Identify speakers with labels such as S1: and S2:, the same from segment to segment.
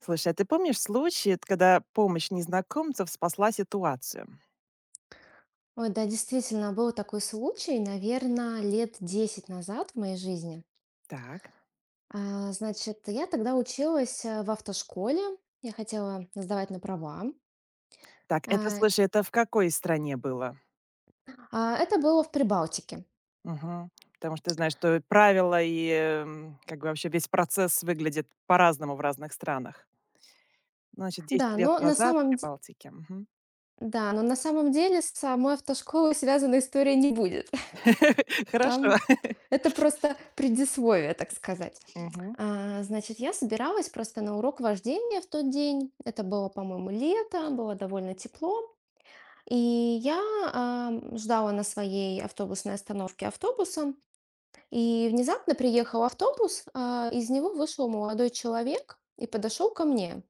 S1: Слушай, а ты помнишь случай, когда помощь незнакомцев спасла ситуацию?
S2: Ой, да, действительно, был такой случай, наверное, лет 10 назад в моей жизни.
S1: Так.
S2: Значит, я тогда училась в автошколе, я хотела сдавать на права.
S1: Так, это,
S2: Э,
S1: слушай, это в какой стране было?
S2: Это было в Прибалтике.
S1: Мгм. Потому что ты знаешь, что правила и как бы вообще весь процесс выглядит по-разному в разных странах. Ну, Значит,
S2: Да,
S1: 10 лет
S2: но
S1: назад в Прибалтике. Мгм.
S2: на самом деле с самой автошколой связанной история не будет.
S1: Хорошо.
S2: Там это просто предисловие, так сказать.
S1: Мгм.
S2: Значит, я собиралась просто на урок вождения в тот день. Это было, по-моему, лето, было довольно тепло. И я ждала на своей автобусной остановке автобуса, и внезапно приехал автобус, из него вышел молодой человек и подошел ко мне.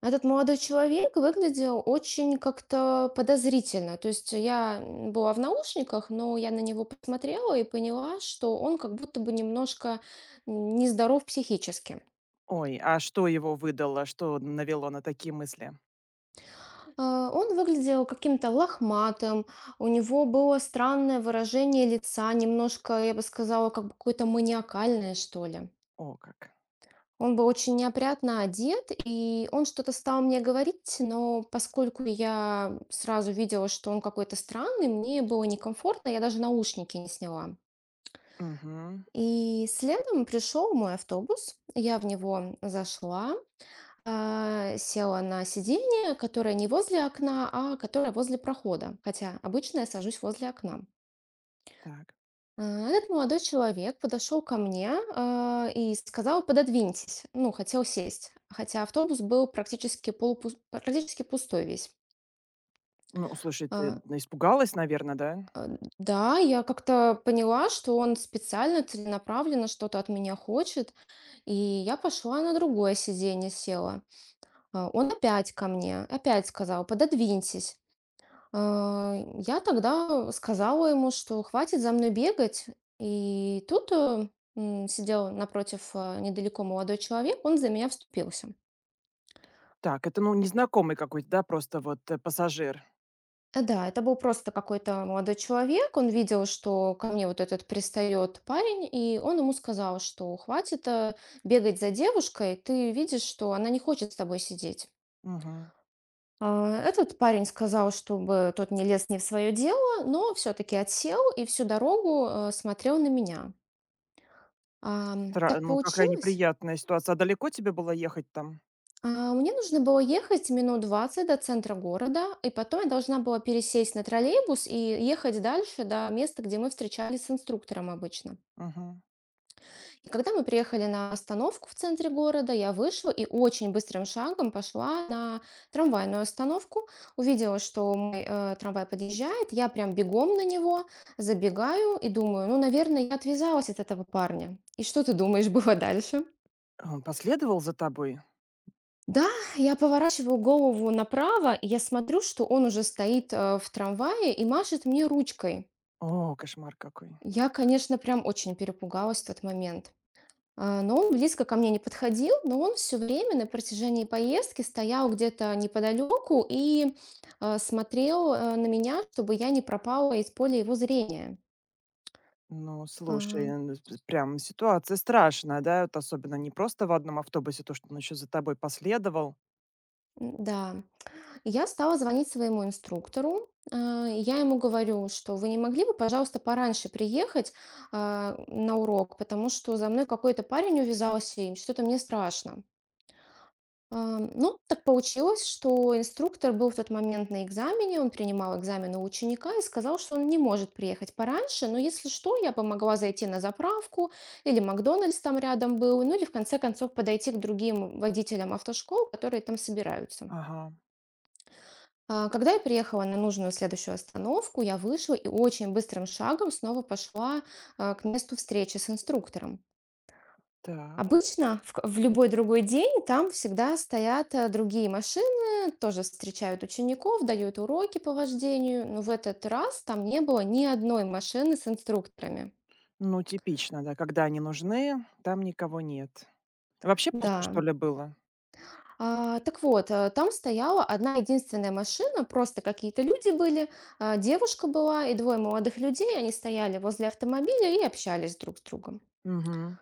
S2: Этот молодой человек выглядел очень как-то подозрительно. То есть я была в наушниках, но я на него посмотрела и поняла, что он как будто бы немножко нездоров психически.
S1: Ой, а что его выдало? Что навело на такие мысли?
S2: Он выглядел каким-то лохматым, у него было странное выражение лица, немножко, я бы сказала, как бы какое-то маниакальное, что ли.
S1: О, как.
S2: Он был очень неопрятно одет, и он что-то стал мне говорить, но поскольку я сразу видела, что он какой-то странный, мне было некомфортно, я даже наушники не сняла.
S1: Мгм.
S2: И следом пришел мой автобус, я в него зашла, села на сиденье, которое не возле окна, а которое возле прохода, хотя обычно я сажусь возле окна.
S1: Так.
S2: А, Этот молодой человек подошел ко мне, и сказал, пододвиньтесь. Ну, хотел сесть, хотя автобус был практически пустой весь.
S1: Ну, слушай,
S2: А,
S1: испугалась, наверное, да?
S2: а, Да, я как-то поняла, что он специально, целенаправленно что-то от меня хочет, и я пошла на другое сиденье села. Он опять ко мне, опять сказал, пододвиньтесь. Я тогда сказала ему, что хватит за мной бегать. И тут сидел напротив недалеко молодой человек, он за меня вступился.
S1: Так, это, ну, незнакомый какой-то, да, просто пассажир.
S2: Да, это был просто какой-то молодой человек, он видел, что ко мне вот этот пристает парень, и он ему сказал, что хватит бегать за девушкой, ты видишь, что она не хочет с тобой сидеть.
S1: Мгм.
S2: Этот парень сказал, чтобы тот не лез не в свое дело, но все-таки отсел и всю дорогу смотрел на меня. Ам,
S1: Стра
S2: так
S1: Ну, какая
S2: получилось.
S1: неприятная ситуация. А далеко тебе было ехать там?
S2: А, Мне нужно было ехать минут 20 до центра города, и потом я должна была пересесть на троллейбус и ехать дальше до места, где мы встречались с инструктором обычно.
S1: Мгм.
S2: И когда мы приехали на остановку в центре города, я вышла и очень быстрым шагом пошла на трамвайную остановку. Увидела, что мой трамвай подъезжает, я прям бегом на него забегаю и думаю, ну, наверное, я отвязалась от этого парня. И что ты думаешь, было дальше?
S1: А он последовал за тобой?
S2: Да, я поворачиваю голову направо, и я смотрю, что он уже стоит в трамвае и машет мне ручкой.
S1: О, кошмар какой.
S2: Я, конечно, прям очень перепугалась в тот момент. Но он близко ко мне не подходил, но он все время на протяжении поездки стоял где-то неподалеку и смотрел на меня, чтобы я не пропала из поля его зрения. А,
S1: Ну, п прям ситуация страшная, да? Вот особенно не просто в одном автобусе, то, что он еще за тобой последовал.
S2: М-да. Я стала звонить своему инструктору. И я ему говорю, что вы не могли бы, пожалуйста, пораньше приехать на урок, потому что за мной какой-то парень увязался, и что-то мне страшно. Ну, так получилось, что инструктор был в тот момент на экзамене, он принимал экзамен у ученика и сказал, что он не может приехать пораньше, но если что, я бы зайти на заправку, или Макдональдс там рядом был, ну или в конце концов подойти к другим водителям автошкол, которые там собираются.
S1: Ага,
S2: Когда я приехала на нужную следующую остановку, я вышла и очень быстрым шагом снова пошла к месту встречи с инструктором.
S1: так.
S2: Обычно в любой другой день там всегда стоят другие машины, тоже встречают учеников, дают уроки по вождению, но в этот раз там не было ни одной машины с инструкторами.
S1: Ну, типично, да, когда они нужны, там никого нет. Вообще пусто, что
S2: Да,
S1: ли, было?
S2: Так вот, там стояла одна единственная машина, просто какие-то люди были, девушка была и двое молодых людей. Они стояли возле автомобиля и общались друг с другом.
S1: Угу.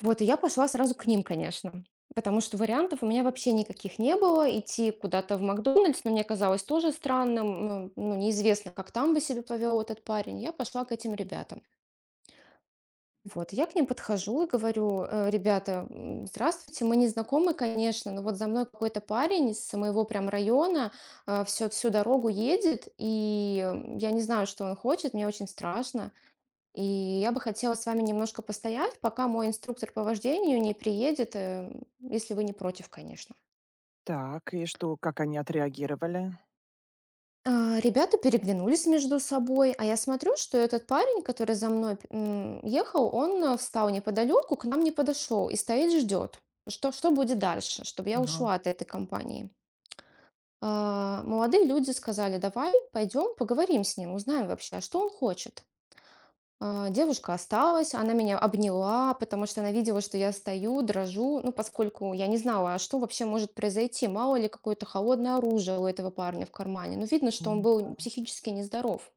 S2: Вот, и я пошла сразу к ним, конечно, потому что вариантов у меня вообще никаких не было. Идти куда-то в «Макдональдс», ну, мне казалось тоже странным, ну, неизвестно, как там бы себя повел этот парень. Я пошла к этим ребятам. Вот, я к ним подхожу и говорю: "Ребята, здравствуйте, мы не знакомы, конечно, но вот за мной какой-то парень из моего прям района, э, всё всю дорогу едет, и я не знаю, что он хочет, мне очень страшно. И я бы хотела с вами немножко постоять, пока мой инструктор по вождению не приедет, если вы не против, конечно».
S1: Так, и что, как они отреагировали?
S2: Ребята переглянулись между собой, а я смотрю, что этот парень, который за мной ехал, он встал неподалеку, к нам не подошел и стоит ждет, что будет дальше, чтобы я
S1: Ага.
S2: ушла от этой компании. Молодые люди сказали, давай пойдем поговорим с ним, узнаем вообще, а что он хочет. Девушка осталась, она меня обняла, потому что она видела, что я стою, дрожу, ну, поскольку я не знала, а что вообще может произойти, мало ли какое-то холодное оружие у этого парня в кармане. Ну, видно, что он был психически нездоров.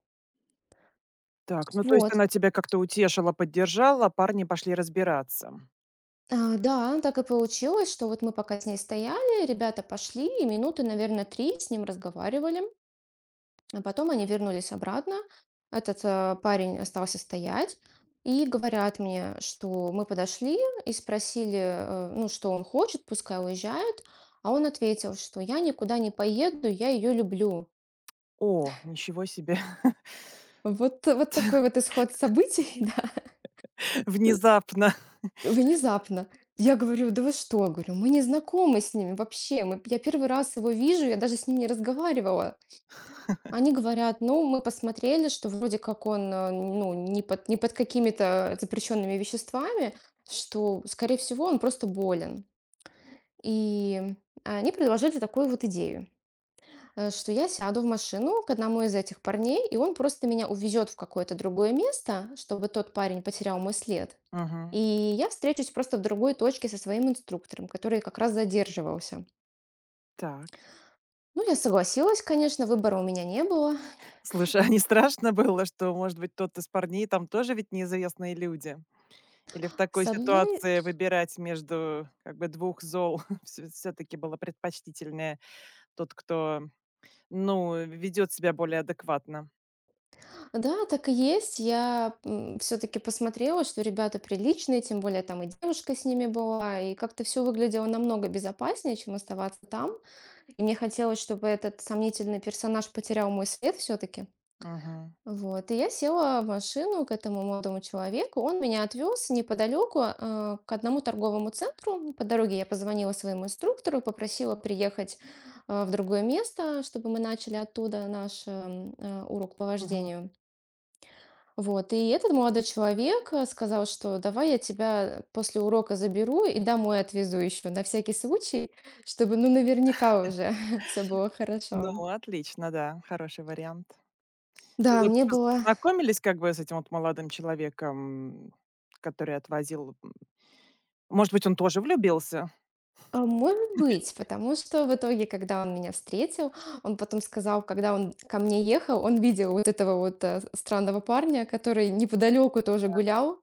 S1: Так, ну то есть
S2: Вот,
S1: она тебя как-то утешила, поддержала, парни пошли разбираться.
S2: Да, так и получилось, что вот мы пока с ней стояли, ребята пошли, и минуты, наверное, три с ним разговаривали. А потом они вернулись обратно. Этот парень остался стоять. И говорят мне, что мы подошли и спросили, ну, что он хочет, пускай уезжает. А он ответил, что я никуда не поеду, я ее люблю.
S1: О, ничего себе,
S2: Вот, вот такой вот исход событий,
S1: внезапно.
S2: да, внезапно. Я говорю, да вы что? Говорю, мы не знакомы с ними вообще. Я первый раз его вижу, я даже с ним не разговаривала. Они говорят: «Ну, мы посмотрели, что вроде как он, ну, не под какими-то запрещенными веществами, что, скорее всего, он просто болен». И они предложили такую вот идею, что я сяду в машину к одному из этих парней, и он просто меня увезет в какое-то другое место, чтобы тот парень потерял мой след.
S1: Мгм.
S2: И я встречусь просто в другой точке со своим инструктором, который как раз задерживался.
S1: Так.
S2: Ну, я согласилась, конечно, выбора у меня не было.
S1: Слушай, а не страшно было, что, может быть, тот из парней там тоже ведь неизвестные люди? Или в такой
S2: С одной
S1: ситуации выбирать между как бы двух зол все-таки было предпочтительнее тот, кто, ну, ведет себя более адекватно?
S2: Да, так и есть. Я все-таки посмотрела, что ребята приличные, тем более там и девушка с ними была, и как-то все выглядело намного безопаснее, чем оставаться там. И мне хотелось, чтобы этот сомнительный персонаж потерял мой след все-таки.
S1: Мгм.
S2: Вот. И я села в машину к этому молодому человеку. Он меня отвез неподалеку к одному торговому центру. По дороге я позвонила своему инструктору, попросила приехать в другое место, чтобы мы начали оттуда наш урок по
S1: Мгм.
S2: вождению. Вот, и этот молодой человек сказал, что давай я тебя после урока заберу и домой отвезу еще на всякий случай, чтобы, ну, наверняка уже все было хорошо.
S1: Ну, отлично, да, хороший вариант. Ну,
S2: Да,
S1: вы поз познакомились как бы с этим вот молодым человеком, который отвозил, м? Может быть, он тоже влюбился?
S2: может быть, потому что в итоге, когда он меня встретил, он потом сказал, когда он ко мне ехал, он видел вот этого вот, странного парня, который неподалеку тоже гулял.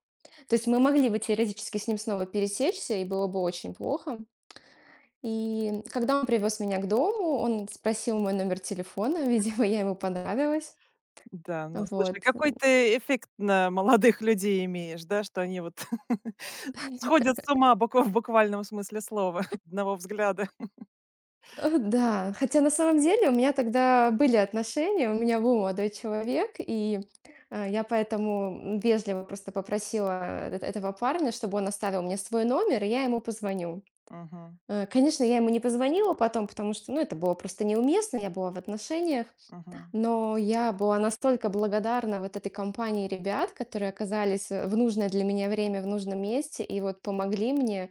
S2: То есть мы могли бы теоретически с ним снова пересечься, и было бы очень плохо. И когда он привез меня к дому, он спросил мой номер телефона. Видимо, я ему понравилась.
S1: Да, ну, слушай,
S2: Вот.
S1: какой ты эффект на молодых людей имеешь, да, что они вот сходят с ума буква в буквальном смысле слова одного взгляда.
S2: Да. Хотя на самом деле у меня тогда были отношения, у меня был молодой человек, и я поэтому вежливо просто попросила эт этого парня, чтобы он оставил мне свой номер, и я ему позвоню.
S1: Мгм,
S2: Конечно, я ему не позвонила потом, потому что, ну, это было просто неуместно, я была в отношениях.
S1: мгм.
S2: Но я была настолько благодарна вот этой компании ребят, которые оказались в нужное для меня время, в нужном месте, и вот помогли мне,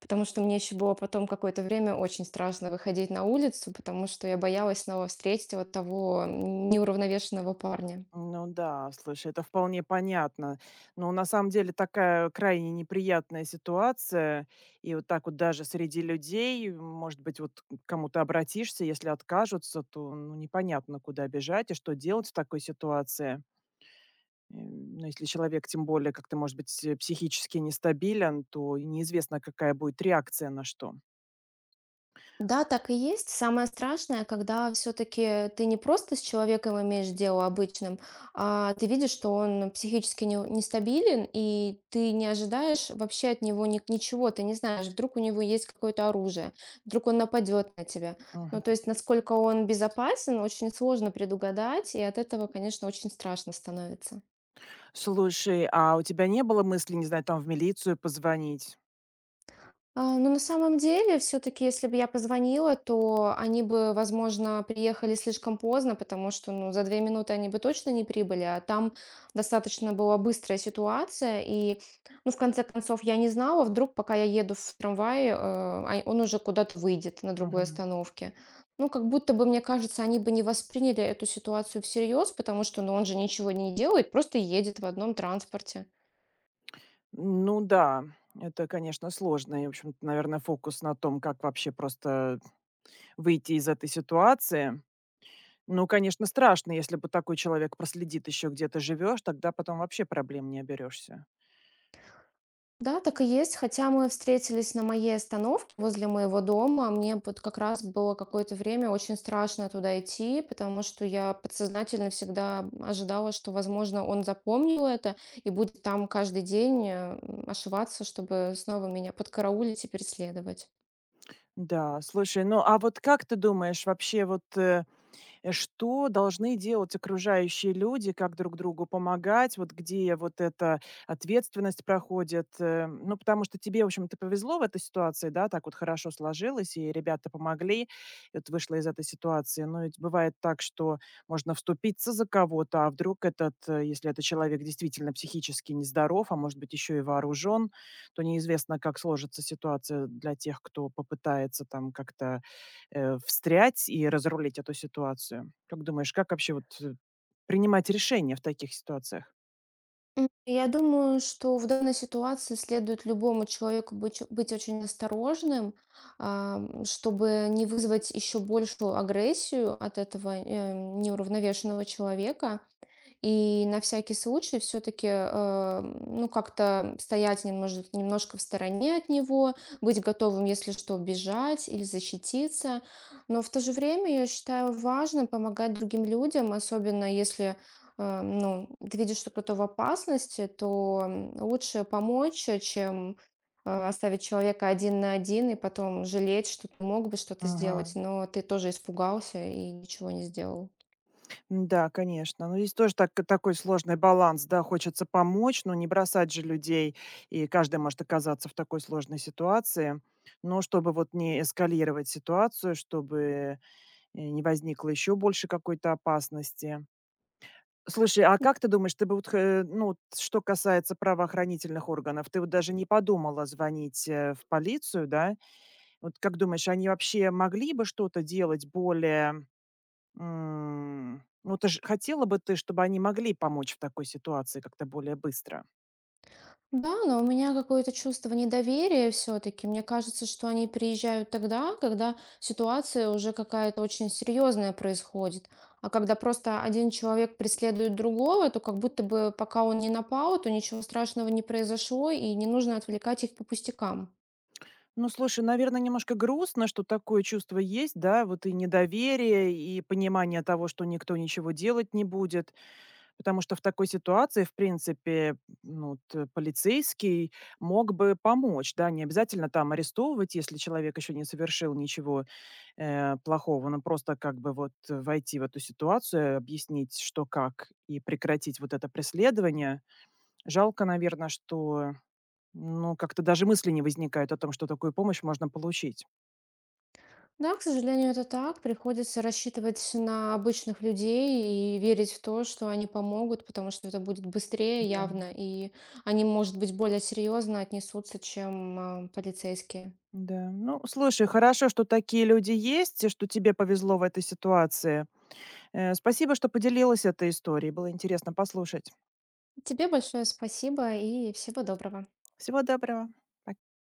S2: потому что мне еще было потом какое-то время очень страшно выходить на улицу, потому что я боялась снова встретить вот того неуравновешенного парня.
S1: Ну да, слушай, это вполне понятно. Но на самом деле такая крайне неприятная ситуация. И вот так вот даже среди людей, может быть, вот к кому-то обратишься, если откажутся, то ну, непонятно, куда бежать и что делать в такой ситуации. Ну, если человек, тем более, как-то, может быть, психически нестабилен, то и неизвестно, какая будет реакция на что.
S2: Да, так и есть. Самое страшное, когда все-таки ты не просто с человеком имеешь дело обычным, а ты видишь, что он психически нестабилен, и ты не ожидаешь вообще от него ничего, ты не знаешь, вдруг у него есть какое-то оружие, вдруг он нападет на тебя. Ну,
S1: Мгм.
S2: то есть, насколько он безопасен, очень сложно предугадать, и от этого, конечно, очень страшно становится.
S1: Слушай, а у тебя не было мысли, не знаю, там в милицию позвонить?
S2: Ну, на самом деле, все таки если бы я позвонила, то они бы, возможно, приехали слишком поздно, потому что, ну, за 2 минуты они бы точно не прибыли, а там достаточно была быстрая ситуация. И, ну, в конце концов, я не знала, вдруг, пока я еду в трамвае, а он уже куда-то выйдет на другой остановке. Ну, как будто бы, мне кажется, они бы не восприняли эту ситуацию всерьез, потому что, ну, он же ничего не делает, просто едет в одном транспорте.
S1: Ну да, это, конечно, сложно. И, в общем-то, наверное, фокус на том, как вообще просто выйти из этой ситуации. Ну, конечно, страшно, если бы такой человек проследит еще, где ты живешь, тогда потом вообще проблем не оберешься.
S2: Да, так и есть. Хотя мы встретились на моей остановке возле моего дома. Мне вот как раз было какое-то время очень страшно туда идти, потому что я подсознательно всегда ожидала, что, возможно, он запомнил это и будет там каждый день ошиваться, чтобы снова меня подкараулить и преследовать.
S1: Да, слушай, ну а вот как ты думаешь, вообще вот э, э, что должны делать окружающие люди, как друг другу помогать, вот где вот эта ответственность проходит. Ну, потому что тебе, в общем-то, повезло в этой ситуации, да, так вот хорошо сложилось, и ребята помогли, и вот вышла из этой ситуации. Но ведь бывает так, что можно вступиться за кого-то, а вдруг если этот человек действительно психически нездоров, а может быть еще и вооружен, то неизвестно, как сложится ситуация для тех, кто попытается там как-то встрять и разрулить эту ситуацию? Как думаешь, как принимать решения в таких ситуациях?
S2: Я думаю, что в данной ситуации следует любому человеку быть очень осторожным, чтобы не вызвать еще большую агрессию от этого неуравновешенного человека. И на всякий случай все-таки, ну, как-то стоять немножко, немножко в стороне от него, быть готовым, если что, бежать или защититься. Но в то же время я считаю важным помогать другим людям, особенно если ну, ты видишь, что кто-то в опасности, то лучше помочь, чем оставить человека один на один и потом жалеть, что ты мог бы что-то сделать,
S1: Мгм.
S2: но ты тоже испугался и ничего не сделал.
S1: Да, конечно. Но здесь тоже так такой сложный баланс, да. Хочется помочь, но не бросать же людей, и каждый может оказаться в такой сложной ситуации. Но чтобы вот не эскалировать ситуацию, чтобы не возникло еще больше какой-то опасности. Слушай, а как ты думаешь, ты бы вот, хэ ну, вот что касается правоохранительных органов, ты вот даже не подумала звонить, в полицию, да? Вот как думаешь, они вообще могли бы что-то делать более ну, ты ж хотела бы ты, чтобы они могли помочь в такой ситуации как-то более быстро?
S2: Да, но у меня какое-то чувство недоверия все-таки. Мне кажется, что они приезжают тогда, когда ситуация уже какая-то очень серьезная происходит. А когда просто один человек преследует другого, то как будто бы пока он не напал, то ничего страшного не произошло, и не нужно отвлекать их по пустякам.
S1: Ну, слушай, наверное, немножко грустно, что такое чувство есть, да, вот и недоверие, и понимание того, что никто ничего делать не будет. Потому что в такой ситуации, в принципе, ну, полицейский мог бы помочь, да, не обязательно там арестовывать, если человек еще не совершил ничего плохого, но просто как бы войти в эту ситуацию, объяснить, что как, и прекратить вот это преследование. Жалко, наверное, что, ну, как-то даже мысли не возникают о том, что такую помощь можно получить.
S2: Да, к сожалению, это так. Приходится рассчитывать на обычных людей и верить в то, что они помогут, потому что это будет быстрее
S1: Да,
S2: явно, и они, может быть, более серьезно отнесутся, чем полицейские.
S1: да. Ну, слушай, хорошо, что такие люди есть, и что тебе повезло в этой ситуации. Спасибо, что поделилась этой историей. Было интересно послушать.
S2: Тебе большое спасибо и всего доброго.
S1: Всего доброго.